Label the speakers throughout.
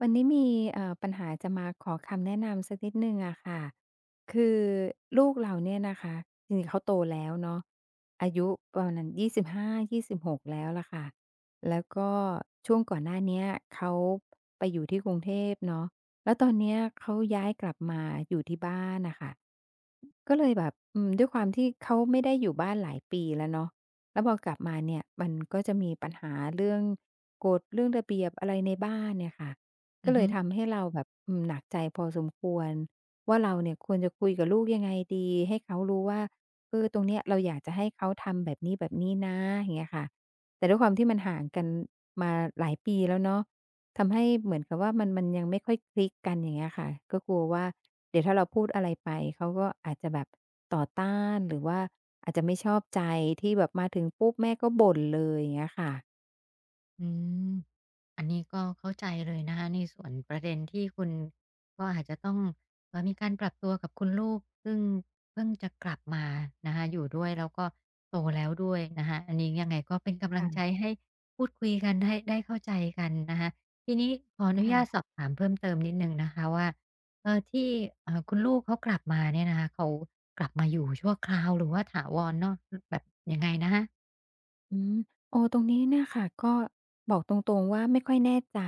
Speaker 1: วันนี้มีปัญหาจะมาขอคำแนะนำสักนิดหนึ่งอะค่ะคือลูกเราเนี่ยนะคะจริงๆเขาโตแล้วเนาะอายุประมาณ25-26แล้วล่ะค่ะแล้วก็ช่วงก่อนหน้าเนี้ยเขาไปอยู่ที่กรุงเทพเนาะแล้วตอนเนี้ยเขาย้ายกลับมาอยู่ที่บ้านน่ะค่ะก็เลยแบบด้วยความที่เขาไม่ได้อยู่บ้านหลายปีแล้วเนาะแล้วพอกลับมาเนี่ยมันก็จะมีปัญหาเรื่องกฎเรื่องระเบียบอะไรในบ้านเนี่ยค่ะ
Speaker 2: อื
Speaker 1: ก็
Speaker 2: อ
Speaker 1: เล
Speaker 2: ฮึ
Speaker 1: ยทำให้เราแบบหนักใจพอสมควรว่าเราเนี่ยควรจะคุยกับลูกยังไงดีให้เขารู้ว่าเออตรงเนี้ยเราอยากจะให้เขาทำแบบนี้ๆนะอย่างเงี้ยค่ะแต่ด้วยความที่มันห่างกันมาหลายปีแล้วเนาะทำให้เหมือนกับว่ามันยังไม่ค่อยคลิกกันอย่างเงี้ยค่ะก็กลัวว่าเดี๋ยวถ้าเราพูดอะไรไปเขาก็อาจจะแบบต่อต้านหรือว่าอาจจะไม่ชอบใจที่แบบมาถึงปุ๊บแม่ก็บ่นเลยอย่างเงี้ยค่ะ
Speaker 2: อืมอันนี้ก็เข้าใจเลยนะคะในส่วนประเด็นที่คุณก็อาจจะต้องมีการปรับตัวกับคุณลูกซึ่งเพิ่งจะกลับมานะคะอยู่ด้วยแล้วก็โตแล้วด้วยนะคะอันนี้ยังไงก็เป็นกำลังใจ
Speaker 1: ค่ะ
Speaker 2: ให้พูดคุยกันให้ได้เข้าใจกันนะคะทีนี้ขออนุญาตสอ
Speaker 1: ค่ะ
Speaker 2: บถามเพิ่มเติมนิดหนึ่งนะคะว่าที่คุณลูกเขากลับมาเนี่ยนะคะเขากลับมาอยู่ชั่วคราวหรือว่าถาวรเนาะแบบยังไงนะคะ
Speaker 1: อืมโอ้ตรงนี้เนี่ยค่ะก็บอกตรงๆว่าไม่ค่อยแน่ใจ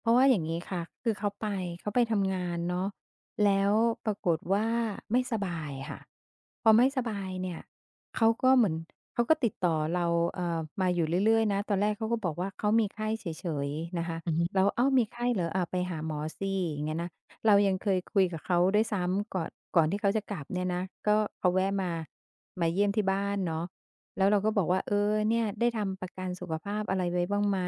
Speaker 1: เพราะว่าอย่างงี้ค่ะคือเขาไปทำงานเนาะแล้วปรากฏว่าไม่สบายค่ะพอไม่สบายเนี่ยเขาก็เหมือนเขาก็ติดต่อเรามาอยู่เรื่อยๆนะตอนแรกเขาก็บอกว่าเขามีไข้เฉยๆนะคะ
Speaker 2: อือฮึ
Speaker 1: เราอ้าวมีไข้เหรออาไปหาหมอสิอย่างเงี้ยนะเรายังเคยคุยกับเขาด้วยซ้ำก่อนที่เขาจะกลับเนี่ยนะก็เขาแวะมาเยี่ยมที่บ้านเนาะ แล้วเราก็บอกว่าเออเนี่ยได้ทำประกันสุขภาพอะไรไว้บ้างไหม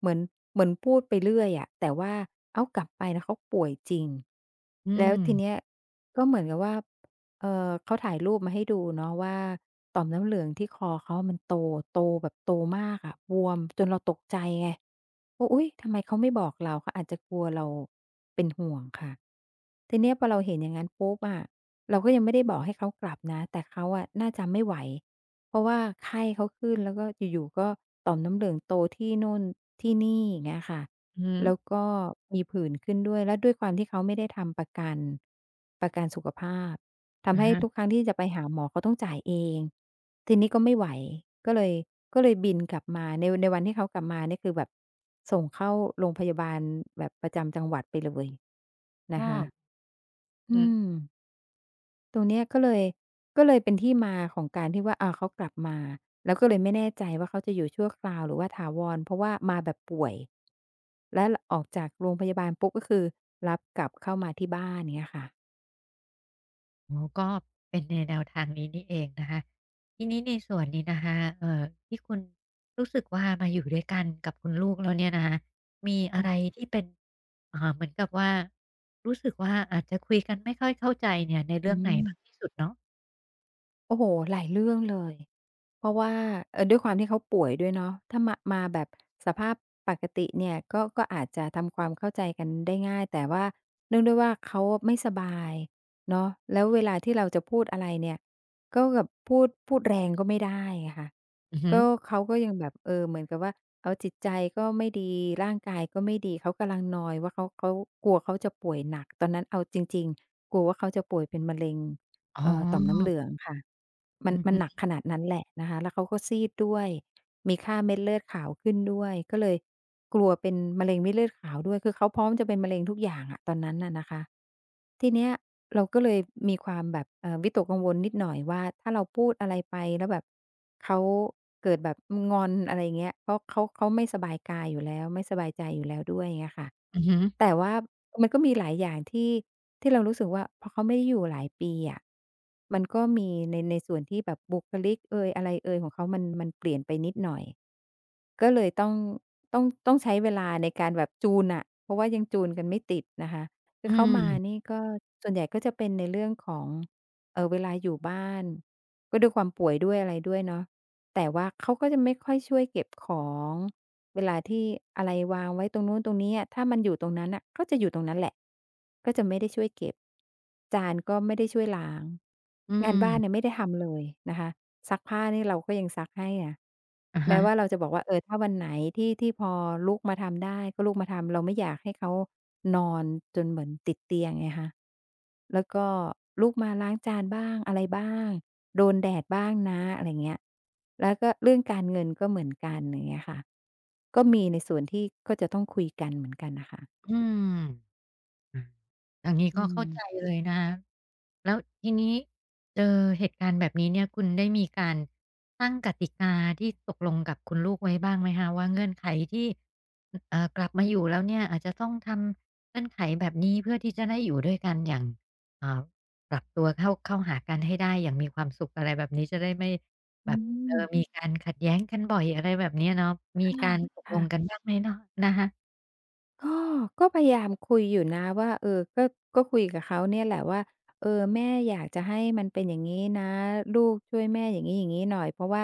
Speaker 1: เหมือนเหมือนพูดไปเรื่อยอะแต่ว่าอ้าวกลับไปแล้วเขาป่วยจริง
Speaker 2: อื
Speaker 1: แล้วทีเนี้ย
Speaker 2: ม
Speaker 1: ก็เหมือนกับว่าเขาถ่ายรูปมาให้ดูเนาะว่าต่อมน้ำเหลืองที่คอเขามันโตโตแบบโตมากอะบวมจนเราตกใจไงว่าอุ๊ยทำไมเขาไม่บอกเราเขาอาจจะกลัวเราเป็นห่วงค่ะทีเนี้ยพอเราเห็นอย่างงั้นปุ๊บอะเราก็ยังไม่ได้บอกให้เขากลับนะแต่เขาอะน่าจะไม่ไหว เพราะว่าไข้เขาขึ้นแล้วก็อยู่ๆก็ต่อมน้ำเหลืองโตที่โน่นที่นี่อย่างเงี้ยค่ะ
Speaker 2: อื
Speaker 1: แล้วก็มีผื่นขึ้นด้วยแล้วด้วยความที่เขาไม่ได้ทำประกันสุขภาพทำให้ทุก
Speaker 2: ม
Speaker 1: ครั้งที่จะไปหาหมอเขาต้องจ่ายเองทีนี้ก็ไม่ไหวก็เลยก็เลยบินกลับมาในวันที่เขากลับมานี่คือแบบส่งเข้าโรงพยาบาลแบบประจำจังหวัดไปเลย
Speaker 2: อ้
Speaker 1: นะ
Speaker 2: อ
Speaker 1: คะอื
Speaker 2: อือ
Speaker 1: ม ตรงเนี้ยก็เลยเป็นที่มาของการที่ว่าอาเขากลับมาแล้วก็เลยไม่แน่ใจว่าเขาจะอยู่ชั่วคราวหรือว่าถาวรเพราะว่ามาแบบป่วยแล้วลออกจากโรงพยาบาลปุ๊บก็คือรับกลับเข้ามาที่บ้านเงี้ยค่ะ
Speaker 2: อ๋อก็เป็นในแนวทางนี้นี่เองนะคะ ทีนี้ในส่วนนี้นะคะที่คุณรู้สึกว่ามาอยู่ด้วยกันกับคุณลูกแล้วเนี่ยนะคะ มีอะ
Speaker 1: อา
Speaker 2: ไรที่เป็นเหมือนกับว่ารู้สึกว่าอาจจะคุยกันไม่ค่อยเข้าใจเนี่ยในเรื่
Speaker 1: อื
Speaker 2: องไหน
Speaker 1: ม
Speaker 2: มากที่สุดเนาะ
Speaker 1: โอ้โฮหลายเรื่องเลย เพราะว่าด้วยความที่เขาป่วยด้วยเนาะถ้ามาแบบสภาพปกติเนี่ยก็อาจจะทำความเข้าใจกันได้ง่ายแต่ว่าเนื่องด้วยว่าเขาไม่สบายเนาะแล้วเวลาที่เราจะพูดอะไรเนี่ยก็แบบพูดแรงก็ไม่ได้อะค่ะ
Speaker 2: อือฮึ
Speaker 1: ก็เขาก็ยังแบบเออเหมือนกับว่าเอาจิตใจก็ไม่ดีร่างกายก็ไม่ดีเขากำลังนอยว่าเขากลัวเขาจะป่วยหนักตอนนั้นเอาจริงๆกลัวว่าเขาจะป่วยเป็นมะเร็ง
Speaker 2: อ๋
Speaker 1: ต่อมน้ำ
Speaker 2: อ
Speaker 1: เหลืองค่ะมัน
Speaker 2: อือ
Speaker 1: มันหนัก
Speaker 2: ฮึ
Speaker 1: ขนาดนั้นแหละนะคะแล้วเขาก็ซีดด้วยมีค่าเม็ดเลือดขาวขึ้นด้วยก็เลยกลัวเป็นมะเร็งเม็ดเลือดขาวด้วยคือเขาพร้อมจะเป็นมะเร็งทุกอย่างอะตอนนั้นน่ะนะคะทีเนี้ยเราก็เลยมีความแบบวิตกกังวลนิดหน่อยว่าถ้าเราพูดอะไรไปแล้วแบบเขาเกิดแบบงอนอะไรอย่างเงี้ยเพราะเขาไม่สบายกายอยู่แล้วไม่สบายใจอยู่แล้วด้วยเงี้ยค่ะ
Speaker 2: ๆอื
Speaker 1: แต่ว่ามันก็มีหลายอย่างที่เรารู้สึกว่าพอเขาไม่ได้อยู่หลายปีอะมันก็มีในส่วนที่แบบบุคลิกเอยอะไรเอยของเขามันเปลี่ยนไปนิดหน่อยก็เลยต้องใช้เวลาในการแบบจูนอะเพราะว่ายังจูนกันไม่ติดนะคะคือเขามา
Speaker 2: ม
Speaker 1: นี่ก็ส่วนใหญ่ก็จะเป็นในเรื่องของเวลาอยู่บ้านก็ด้วยความป่วยด้วยอะไรด้วยเนาะ แต่ว่าเขาก็จะไม่ค่อยช่วยเก็บของเวลาที่อะไรวางไว้ตรงนู้นตรงนี้อะถ้ามันอยู่ตรงนั้นน่ะก็จะอยู่ตรงนั้นแหละก็จะไม่ได้ช่วยเก็บจานก็ไม่ได้ช่วยล้าง
Speaker 2: อื
Speaker 1: งาน
Speaker 2: ม
Speaker 1: บ้านเนี่ยไม่ได้ทำเลยนะคะซักผ้านี่เราก็ยังซักให้อะ
Speaker 2: อะฮะ
Speaker 1: แม้ว่าเราจะบอกว่าเออถ้าวันไหนที่พอลูกมาทำได้ก็ลูกมาทำเราไม่อยากให้เขานอนจนเหมือนติดเตียงไงคะ แล้วก็ลูกมาล้างจานบ้างอะไรบ้างโดนแดดบ้างนะอะไรเงี้ยแล้วก็เรื่องเหมือนกันอย่างเงี้ยค่ะก็มีในส่วนที่ก็จะต้องคุยกันเหมือนกันน่ะค่ะ
Speaker 2: อืม อืมอย่างนี้
Speaker 1: อื
Speaker 2: ก็
Speaker 1: ม
Speaker 2: เข้าใจเลยนะคะแล้วทีนี้เจอเหตุการณ์แบบนี้เนี่ยคุณได้มีการตั้งกติกาที่ตกลงกับคุณลูกไว้บ้างไหมคะว่าเงื่อนไขที่กลับมาอยู่แล้วเนี่ยอาจจะต้องทำเงื่อนไขแบบนี้เพื่อที่จะได้อยู่ด้วยกันอย่างอ่าปรับตัวเข้าหากันให้ได้อย่างมีความสุขอะไรแบบนี้จะได้ไม่แบ
Speaker 1: อื
Speaker 2: บมี
Speaker 1: ม
Speaker 2: การขัดแย้งกันบ่อยอะไรแบบเนี้ยเนาะมี
Speaker 1: ค่ะ
Speaker 2: การตกลงกัน
Speaker 1: ค่ะ
Speaker 2: บ้างไหมเนาะนะคะ
Speaker 1: ก็ก็พยายามคุยอยู่นะว่าเออก็ก็คุยกับเขาเนี่ยแหละว่าเออแม่อยากจะให้มันเป็นอย่างงี้นะลูกช่วยแม่อย่างงี้อย่างงี้หน่อยเพราะว่า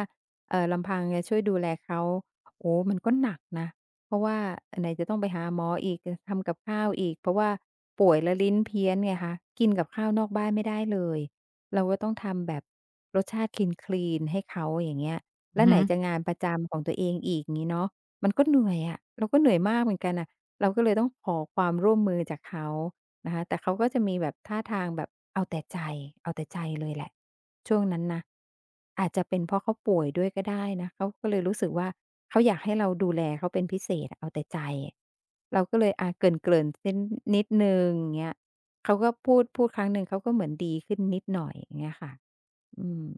Speaker 1: ลำพังจะช่วยดูแลเขาโอ้มันก็หนักนะเพราะว่าไหนจะต้องไปหาหมออีกทำกับข้าวอีกเพราะว่าป่วยแล้วลิ้นเพี้ยนไงคะกินกับข้าวนอกบ้านไม่ได้เลยเราก็ต้องทำแบบรสชาติคลีนๆให้เขาอย่างเงี้ย
Speaker 2: อื
Speaker 1: แล้
Speaker 2: อ
Speaker 1: วไห
Speaker 2: ฮึ
Speaker 1: นจะงานประจำของตัวเองอีกงี้เนาะมันก็เหนื่อยอะเราก็เหนื่อยมากเหมือนกันอะ เราก็เลยต้องขอความร่วมมือจากเขานะคะแต่เขาก็จะมีแบบท่าทางแบบเอาแต่ใจเอาแต่ใจเลยแหละช่วงนั้นนะอาจจะเป็นเพราะเขาป่วยด้วยก็ได้นะเขาก็เลยรู้สึกว่าเขาอยากให้เราดูแลเขาเป็นพิเศษอะเอาแต่ใจ เราก็เลยอาเกริ่นๆเส้นนิดหนึ่งอย่างเงี้ยเขาก็พูดครั้งหนึ่งเขาก็เหมือนดีขึ้นนิดหน่อยอย่างเงี้ยค่ะอืม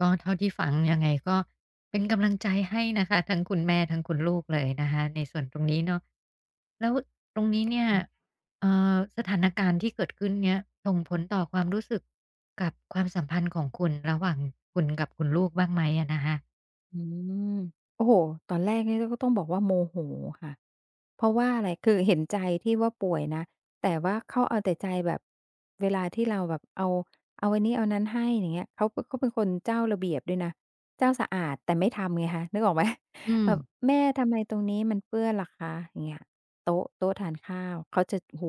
Speaker 2: ก็เท่าที่ฟังยังไงก็เป็นกำลังใจให้นะคะทั้งคุณแม่ทั้งคุณลูกเลยนะคะในส่วนตรงนี้เนาะแล้วตรงนี้เนี่ย
Speaker 1: ค่ะ
Speaker 2: สถานการณ์ที่เกิดขึ้นเนี่ยส่งผลต่อความรู้สึกกับความสัมพันธ์ของคุณระหว่างคุณกับคุณลูกบ้างไหมอะนะคะ
Speaker 1: อืมโอ้โฮตอนแรกนี่ก็ต้องบอกว่าโมโหค่ะเพราะว่าอะไรคือเห็นใจที่ว่าป่วยนะแต่ว่าเขาเอาแต่ใจแบบเวลาที่เราแบบเอาอันนี้เอานั้นให้อย่างเงี้ยเขาเป็นคนเจ้าระเบียบด้วยนะเจ้าสะอาดแต่ไม่ทำไงคะนึกออกไหม
Speaker 2: อื ม
Speaker 1: แบบแม่ทำไมตรงนี้มันเปื้อนล่ะคะอย่างเงี้ยโต๊ะทานข้าวเขาจะโอ้โฮ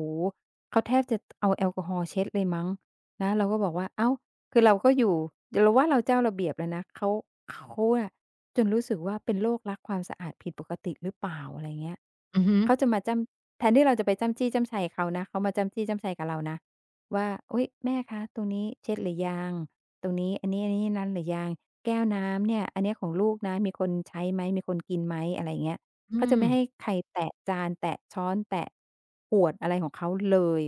Speaker 1: เขาแทบจะเอาแอลกอฮอล์เช็ดเลยมั้งนะเราก็บอกว่าอ้าว คือเราก็อยู่เราว่าเราเจ้าระเบียบแล้วนะเขาอะจนรู้สึกว่าเป็นโรครักความสะอาดผิดปกติหรือเปล่าอะไรเงี้ย
Speaker 2: อือฮึ
Speaker 1: เขาจะมาจ้ำแทนที่เราจะไปจ้ำจี้จ้ำไชเขานะเขามาจ้ำจี้จ้ำไชกับเรานะว่าอุ๊ยแม่คะตรงนี้เช็ดหรือยังตรงนี้อันนี้อันนี้นั้นหรือยังแก้วน้ำเนี่ยอันเนี้ยของลูกนะมีคนใช้ไหมมีคนกินไหมอะไรเงี้ย
Speaker 2: อื
Speaker 1: เขาจะ
Speaker 2: ม
Speaker 1: ไม่ให้ใครแตะจานแตะช้อนแตะขวดอะไรของเขาเลย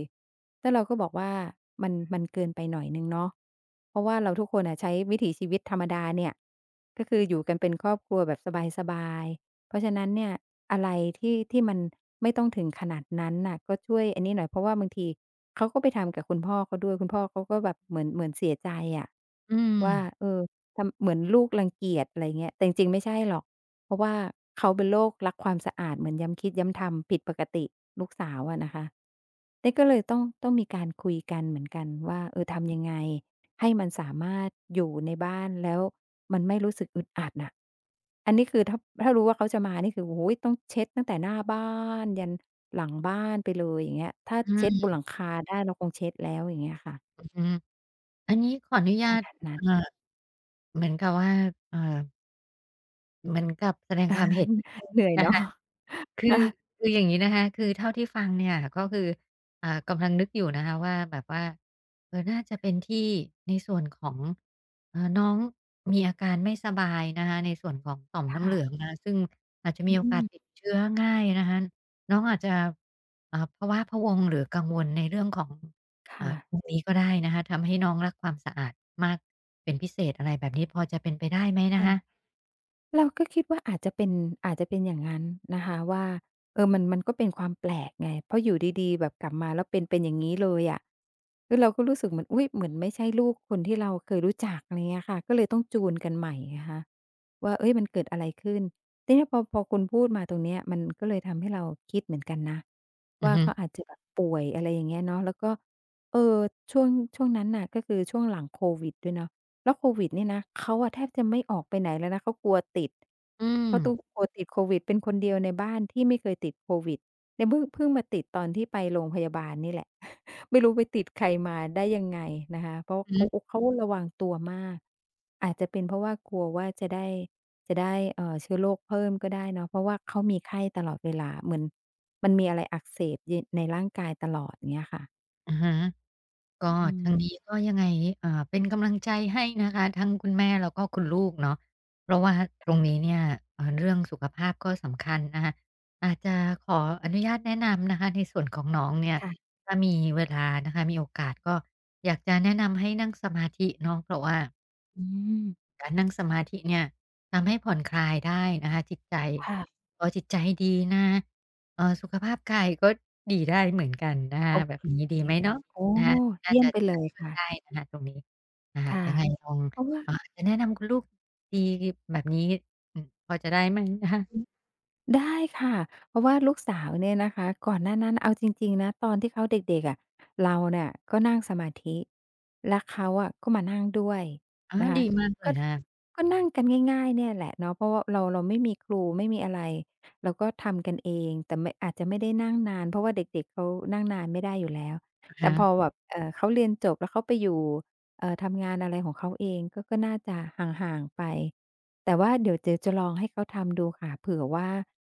Speaker 1: แล้วเราก็บอกว่ามันเกินไปหน่อยหนึ่งเนาะเพราะว่าเราทุกคนอะใช้วิถีชีวิตธรรมดาเนี่ยก็คืออยู่กันเป็นครอบครัวแบบสบายๆเพราะฉะนั้นเนี่ยอะไรที่มันไม่ต้องถึงขนาดนั้นน่ะก็ช่วยอันนี้หน่อยเพราะว่าบางทีเขาก็ไปทำกับคุณพ่อเขาด้วยคุณพ่อเขาก็แบบเหมือนเสียใจอะ
Speaker 2: อืม
Speaker 1: ว่าเออทำเหมือนลูกรังเกียจอะไรเงี้ยแต่จริงๆไม่ใช่หรอก เพราะว่าเขาเป็นโรครักความสะอาดเหมือนย้ำคิดย้ำทำผิดปกติลูกสาวอะนะคะนี่ก็เลยต้องมีการคุยกันเหมือนกันว่าเออทำยังไงให้มันสามารถอยู่ในบ้านแล้วมันไม่รู้สึกอึดอัดน่ะอันนี้คือถ้ารู้ว่าเขาจะมานี่คือโอ้โฮต้องเช็ดตั้งแต่หน้าบ้านยันหลังบ้านไปเลยอย่างเงี้ยถ้า
Speaker 2: อื
Speaker 1: เช็ดบ
Speaker 2: ม
Speaker 1: นหลังคาได้เราคงเช็ดแล้วอย่างเงี้ยค่ะ
Speaker 2: อืมอันนี้ขออนุญา
Speaker 1: ข
Speaker 2: ต
Speaker 1: นาดนั้น
Speaker 2: เอ่อเหมือนกับว่าเอ่อเหมือนกับแสดง
Speaker 1: อา
Speaker 2: ความเห็น
Speaker 1: เหนื่อย
Speaker 2: นะ
Speaker 1: เนาะ
Speaker 2: คะ คื
Speaker 1: อา
Speaker 2: อคืออย่างงี้นะคะคือเท่าที่ฟังเนี่ยก็คือกำลังนึกอยู่นะคะว่าแบบว่าเออน่าจะเป็นที่ในส่วนของน้องมีอาการไม่สบายนะคะในส่วนของต่อมน้ำเห
Speaker 1: ค่ะ
Speaker 2: ลืองนะคะซึ่งอาจจะ
Speaker 1: อื
Speaker 2: มีโอกาส
Speaker 1: ม
Speaker 2: ติดเชื้อง่ายนะคะน้องอาจจะพะว้าพะวังหรือกังวลในเรื่องของ
Speaker 1: ค่ะ
Speaker 2: ตรงนี้ก็ได้นะคะทำให้น้องรักความสะอาดมากเป็นพิเศษอะไรแบบนี้พอจะเป็นไปได้ไหมนะคะ
Speaker 1: ค่ะ เราก็คิดว่าอาจจะเป็นอาจจะเป็นอย่างนั้นนะคะว่าเออมันก็เป็นความแปลกไงเพราะอยู่ดีๆแบบกลับมาแล้วเป็นอย่างงี้เลยอะคือเราก็รู้สึกเหมือนอุ๊ยเหมือนไม่ใช่ลูกคนที่เราเคยรู้จักอะไรเงี้ยค่ะก็เลยต้องจูนกันใหม่ไงคะว่าเฮ้ยมันเกิดอะไรขึ้นทีเนี้ยพอคุณพูดมาตรงเนี้ยมันก็เลยทำให้เราคิดเหมือนกันนะ
Speaker 2: อือ
Speaker 1: ว่า
Speaker 2: ฮึ
Speaker 1: เขาอาจจะแบบป่วยอะไรอย่างเงี้ยเนาะแล้วก็เออช่วงช่วงนั้นน่ะก็คือช่วงหลังโควิดด้วยเนาะ แล้วโควิดเนี่ยนะเขาอะแทบจะไม่ออกไปไหนเลยนะเขากลัวติด
Speaker 2: อืม
Speaker 1: เขาตุกลัวติดโควิดเป็นคนเดียวในบ้านที่ไม่เคยติดโควิดเนี่ยเพิ่งมาติดตอนที่ไปโรงพยาบาลนี่แหละ ไม่รู้ไปติดใครมาได้ยังไงนะคะเพราะ
Speaker 2: อือ
Speaker 1: เขา
Speaker 2: ฮึ
Speaker 1: โอ้เขาระวังตัวมากอาจจะเป็นเพราะว่ากลัวว่าจะได้เชื้อโรคเพิ่มก็ได้เนาะเพราะว่าเขามีไข้ตลอดเวลาเหมือนมันมีอะไรอักเสบยในร่างกายตลอดเงี้ยค่ะ
Speaker 2: อะฮะ ก็
Speaker 1: อื
Speaker 2: ทาง
Speaker 1: ม
Speaker 2: นี้ก็ยังไงเป็นกำลังใจให้นะคะทั้งคุณแม่แล้วก็คุณลูกเนาะเพราะว่าตรงนี้เนี่ยเรื่องสุขภาพก็สำคัญนะคะอาจจะขออนุญาตแนะนำนะคะในส่วนของน้องเนี่ย
Speaker 1: ค่ะ
Speaker 2: ถ้ามีเวลานะคะมีโอกาสก็อยากจะแนะนำให้นั่งสมาธิเนาะเพราะว่า
Speaker 1: อืม
Speaker 2: การนั่งสมาธิเนี่ยทำให้ผ่อนคลายได้นะคะจิตใจ
Speaker 1: ค่ะ
Speaker 2: พอจิตใจดีนะสุขภาพกายก็ดีได้เหมือนกันนะ
Speaker 1: โอ
Speaker 2: คะแบ
Speaker 1: เค
Speaker 2: บนี้ดีไหมเนาะ
Speaker 1: โอ้
Speaker 2: นะคะน่า
Speaker 1: เยี่ย
Speaker 2: จะ
Speaker 1: มไปเลย
Speaker 2: ช่วย
Speaker 1: ค่ะ
Speaker 2: ได้นะคะตรงนี้อ่า
Speaker 1: ค่ะ
Speaker 2: ยังไงลอง
Speaker 1: เพราะว่า
Speaker 2: เอ่าอาจจะแนะนำคุณลูกดีแบบนี้อืมพอจะได้ไหมนะคะ
Speaker 1: อืม ได้ค่ะเพราะว่าลูกสาวเนี่ยนะคะก่อนหน้านั้นเอาจริงๆนะตอนที่เขาเด็กๆอะเราเนี่ยก็นั่งสมาธิแล้วเขาอะก็มานั่งด้วย
Speaker 2: อ๋อ
Speaker 1: นะ
Speaker 2: ดี
Speaker 1: คะ
Speaker 2: มากเล
Speaker 1: ก็
Speaker 2: ยนะคะ
Speaker 1: ก็นั่งกันง่ายๆเนี่ยแหละเนาะเพราะว่าเราไม่มีครูไม่มีอะไรเราก็ทำกันเองแต่ไม่อาจจะไม่ได้นั่งนานเพราะว่าเด็กๆเขานั่งนานไม่ได้อยู่แล้ว
Speaker 2: อะ
Speaker 1: แต่
Speaker 2: ฮะ
Speaker 1: พอแบบเขาเรียนจบแล้วเขาไปอยู่ทำงานอะไรของเขาเองก็น่าจะห่างๆไป แต่ว่าเดี๋ยวเจ๊จะลองให้เขาทำดูค่ะเผื่อว่า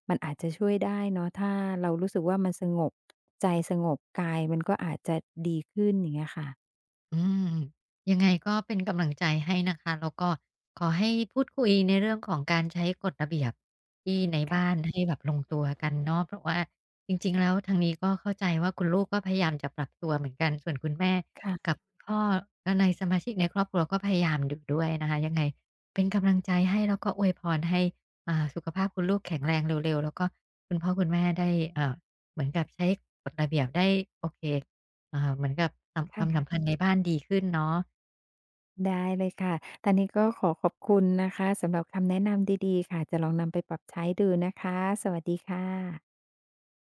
Speaker 1: มันอาจจะช่วยได้เนาะถ้าเรารู้สึกว่ามันสงบใจสงบกายมันก็อาจจะดีขึ้นอย่างเงี้ยค่ะ
Speaker 2: อืมยังไงก็เป็นกำลังใจให้นะคะแล้วก็ขอให้พูดคุยในเรื่องของการใช้กฎระเบียบที่ในบ้าน
Speaker 1: ค่ะ
Speaker 2: ให้แบบลงตัวกันเนาะเพราะว่าจริงๆแล้วทางนี้ก็เข้าใจว่าคุณลูกก็พยายามจะปรับตัวเหมือนกันส่วนคุณแม่
Speaker 1: ค่ะ
Speaker 2: กับคุณพ่อและในสมาชิกในครอบครัวก็พยายามอยู่ด้วยนะคะยังไงเป็นกำลังใจให้แล้วก็อวยพรให้สุขภาพคุณลูกแข็งแรงเร็วๆแล้วก็คุณพ่อคุณแม่ได้เอ่อเหมือนกับใช้กฎระเบียบได้โอเค เหมือนกับสำความสัมพัน
Speaker 1: ค่ะ
Speaker 2: ธ์ในบ้านดีขึ้นเนาะ
Speaker 1: ได้เลยค่ะทางนี้ก็ขอบคุณนะคะสำหรับคำแนะนำดีๆค่ะจะลองนำไปปรับใช้ดูนะคะสวัสดีค่ะ